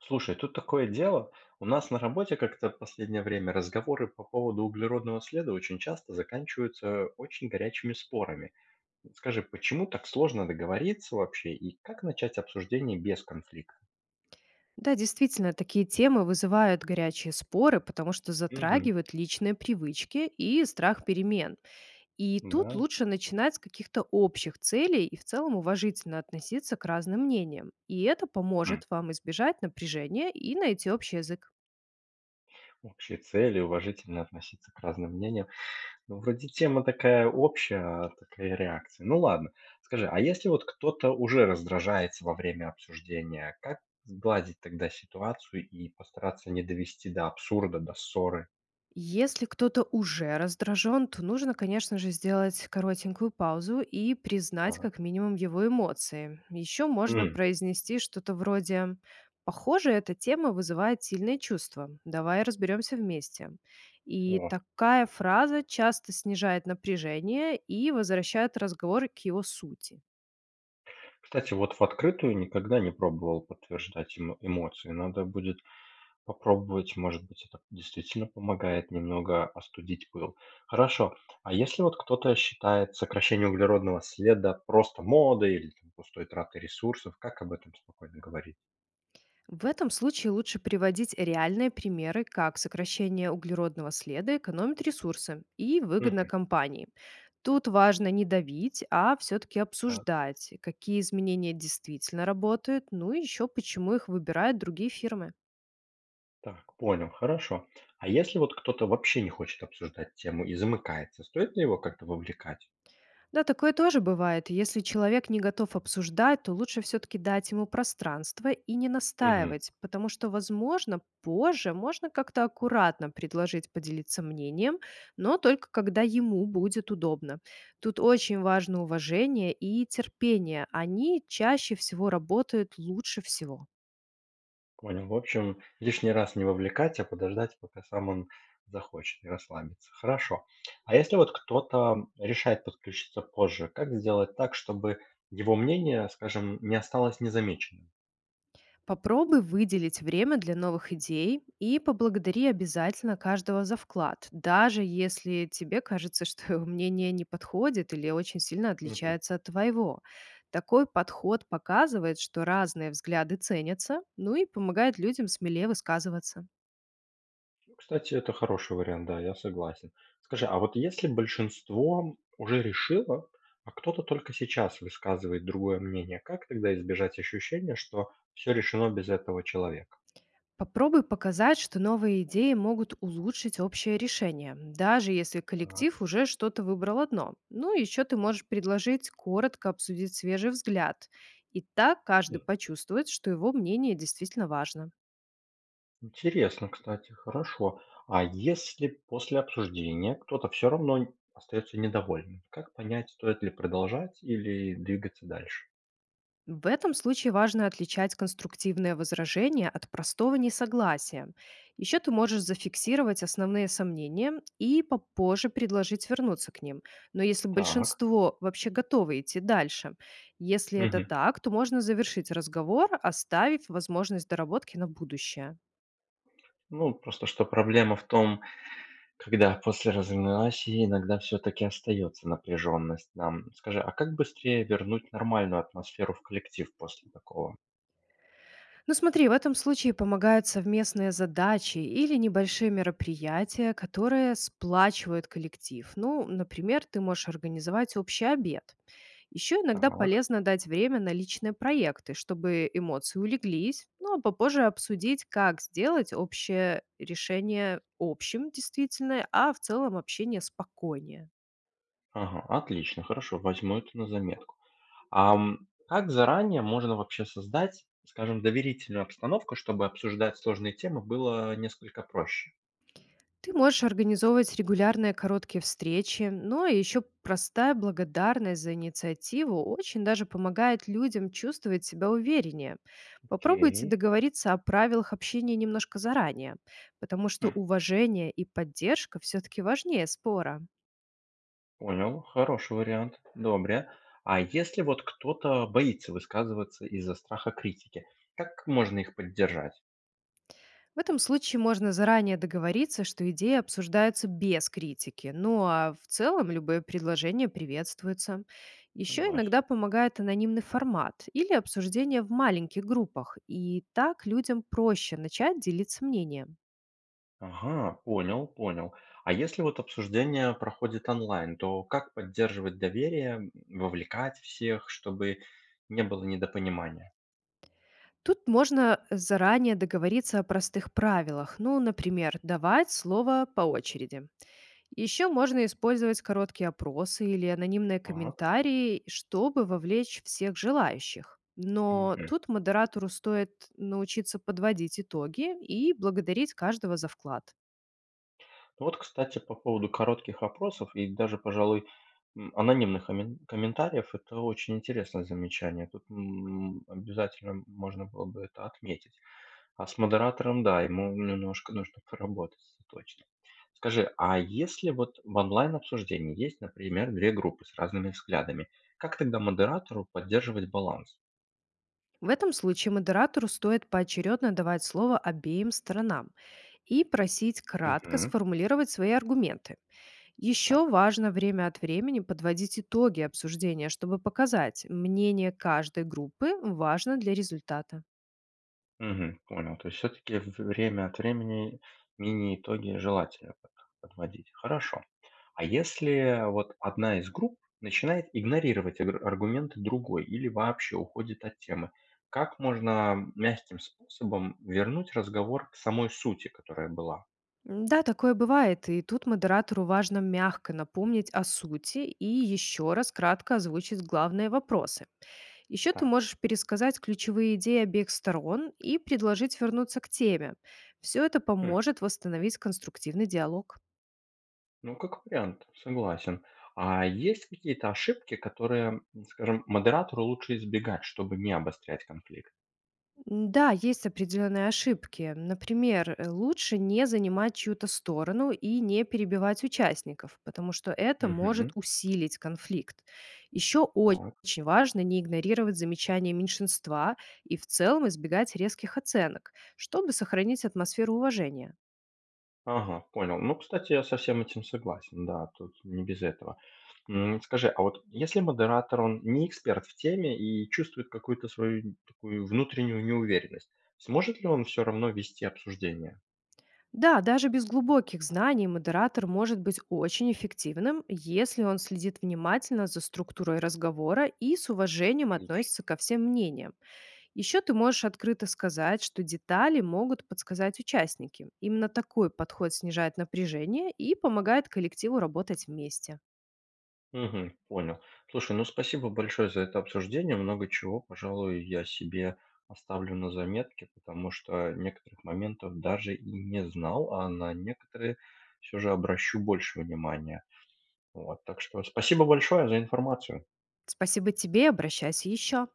Слушай, тут такое дело. У нас на работе как-то в последнее время разговоры по поводу углеродного следа очень часто заканчиваются очень горячими спорами. Скажи, почему так сложно договориться вообще и как начать обсуждение без конфликта? Да, действительно, такие темы вызывают горячие споры, потому что Мгм. затрагивают личные привычки и страх перемен. И тут Да. лучше начинать с каких-то общих целей и в целом уважительно относиться к разным мнениям. И это М. поможет вам избежать напряжения и найти общий язык. Общие цели, уважительно относиться к разным мнениям. Ну, вроде тема такая общая, а такая реакция. Ну ладно. Скажи, а если вот кто-то уже раздражается во время обсуждения, как сгладить тогда ситуацию и постараться не довести до абсурда, до ссоры? Если кто-то уже раздражен, то нужно, конечно же, сделать коротенькую паузу и признать как Так. минимум его эмоции. Еще можно М, произнести что-то вроде «Похоже, эта тема вызывает сильные чувства. Давай разберемся вместе». И о. такая фраза часто снижает напряжение и возвращает разговор к его сути. Кстати, вот в открытую никогда не пробовал подтверждать эмоции. Надо будет попробовать, может быть, это действительно помогает немного остудить пыл. Хорошо. А если вот кто-то считает сокращение углеродного следа просто модой или там, пустой тратой ресурсов, как об этом спокойно говорить? В этом случае лучше приводить реальные примеры, как сокращение углеродного следа экономит ресурсы и выгодно Мгм. компании. Тут важно не давить, а все-таки А, обсуждать, какие изменения действительно работают, ну и еще почему их выбирают другие фирмы. так, понял, хорошо. А если вот кто-то вообще не хочет обсуждать тему и замыкается, стоит ли его как-то вовлекать? Да, такое тоже бывает. Если человек не готов обсуждать, то лучше все-таки дать ему пространство и не Мгм. настаивать, потому что, возможно, позже можно как-то аккуратно предложить поделиться мнением, но только когда ему будет удобно. Тут очень важно уважение и терпение. Они чаще всего работают лучше всего. Понял. В общем, лишний раз не вовлекать, а подождать, пока сам он захочет и расслабится. Хорошо. А если вот кто-то решает подключиться позже, как сделать так, чтобы его мнение, скажем, не осталось незамеченным? Попробуй выделить время для новых идей и поблагодари обязательно каждого за вклад, даже если тебе кажется, что его мнение не подходит или очень сильно Мгм. отличается от твоего. Такой подход показывает, что разные взгляды ценятся, ну и помогает людям смелее высказываться. Ну, кстати, это хороший вариант, да, я согласен. Скажи, а вот если большинство уже решило, а кто-то только сейчас высказывает другое мнение, как тогда избежать ощущения, что все решено без этого человека? Попробуй показать, что новые идеи могут улучшить общее решение, даже если коллектив Так. уже что-то выбрал одно. Ну, еще ты можешь предложить коротко обсудить свежий взгляд. И так каждый почувствует, что его мнение действительно важно. Интересно, кстати, хорошо. А если после обсуждения кто-то все равно остается недовольным, как понять, стоит ли продолжать или двигаться дальше? В этом случае важно отличать конструктивное возражение от простого несогласия. Еще ты можешь зафиксировать основные сомнения и попозже предложить вернуться к ним. Но если Так. большинство вообще готовы идти дальше, если это Мгм. так, то можно завершить разговор, оставив возможность доработки на будущее. Ну, просто что проблема в том, когда после разногласий иногда все-таки остается напряженность нам. Скажи, а как быстрее вернуть нормальную атмосферу в коллектив после такого? Ну смотри, в этом случае помогают совместные задачи или небольшие мероприятия, которые сплачивают коллектив. Ну, например, ты можешь организовать общий обед. Еще иногда Так. полезно дать время на личные проекты, чтобы эмоции улеглись, ну а попозже обсудить, как сделать общее решение общим действительно, а в целом общение спокойнее. Ага, отлично, хорошо, возьму это на заметку. Как заранее можно вообще создать, скажем, доверительную обстановку, чтобы обсуждать сложные темы было несколько проще? Ты можешь организовывать регулярные короткие встречи, но еще простая благодарность за инициативу очень даже помогает людям чувствовать себя увереннее. Попробуйте Окей. договориться о правилах общения немножко заранее, потому что Хм, уважение и поддержка все-таки важнее спора. понял. Хороший вариант. Добре. А если вот кто-то боится высказываться из-за страха критики, как можно их поддержать? В этом случае можно заранее договориться, что идеи обсуждаются без критики, ну а в целом любое предложение приветствуется. Еще Согласен. иногда помогает анонимный формат или обсуждение в маленьких группах, и так людям проще начать делиться мнением. Ага, понял, понял. А если вот обсуждение проходит онлайн, то как поддерживать доверие, вовлекать всех, чтобы не было недопонимания? Тут можно заранее договориться о простых правилах, ну, например, давать слово по очереди. Еще можно использовать короткие опросы или анонимные Так. комментарии, чтобы вовлечь всех желающих. Но Мгм. тут модератору стоит научиться подводить итоги и благодарить каждого за вклад. Вот, кстати, по поводу коротких опросов и даже, пожалуй, анонимных комментариев, это очень интересное замечание. Тут обязательно можно было бы это отметить. А с модератором, да, ему немножко нужно поработать, это точно. Скажи, а если вот в онлайн-обсуждении есть, например, две группы с разными взглядами, как тогда модератору поддерживать баланс? В этом случае модератору стоит поочередно давать слово обеим сторонам и просить кратко Мгм. сформулировать свои аргументы. Еще Так. важно время от времени подводить итоги обсуждения, чтобы показать, мнение каждой группы важно для результата. Мгм. Понял. То есть все-таки время от времени мини-итоги желательно подводить. Хорошо. А если вот одна из групп начинает игнорировать аргументы другой или вообще уходит от темы, как можно мягким способом вернуть разговор к самой сути, которая была? Да, такое бывает, и тут модератору важно мягко напомнить о сути и еще раз кратко озвучить главные вопросы. Еще ты Так, можешь пересказать ключевые идеи обеих сторон и предложить вернуться к теме. Все это хм, поможет восстановить конструктивный диалог. ну как вариант, согласен. А есть какие-то ошибки, которые, скажем, модератору лучше избегать, чтобы не обострять конфликт? Да, есть определенные ошибки. Например, лучше не занимать чью-то сторону и не перебивать участников, потому что это может Угу, усилить конфликт. Еще так. очень важно не игнорировать замечания меньшинства и в целом избегать резких оценок, чтобы сохранить атмосферу уважения. Ага, понял. Ну, кстати, я со всем этим согласен, да, тут не без этого. Скажи, а вот если модератор, он не эксперт в теме и чувствует какую-то свою такую внутреннюю неуверенность, сможет ли он все равно вести обсуждение? Да, даже без глубоких знаний модератор может быть очень эффективным, если он следит внимательно за структурой разговора и с уважением Отлично. относится ко всем мнениям. Еще ты можешь открыто сказать, что детали могут подсказать участники. Именно такой подход снижает напряжение и помогает коллективу работать вместе. Мгм, понял. Слушай, ну спасибо большое за это обсуждение. Много чего, пожалуй, я себе оставлю на заметке, потому что некоторых моментов даже и не знал, а на некоторые все же обращу больше внимания. Вот, так что спасибо большое за информацию. Спасибо тебе, обращайся еще.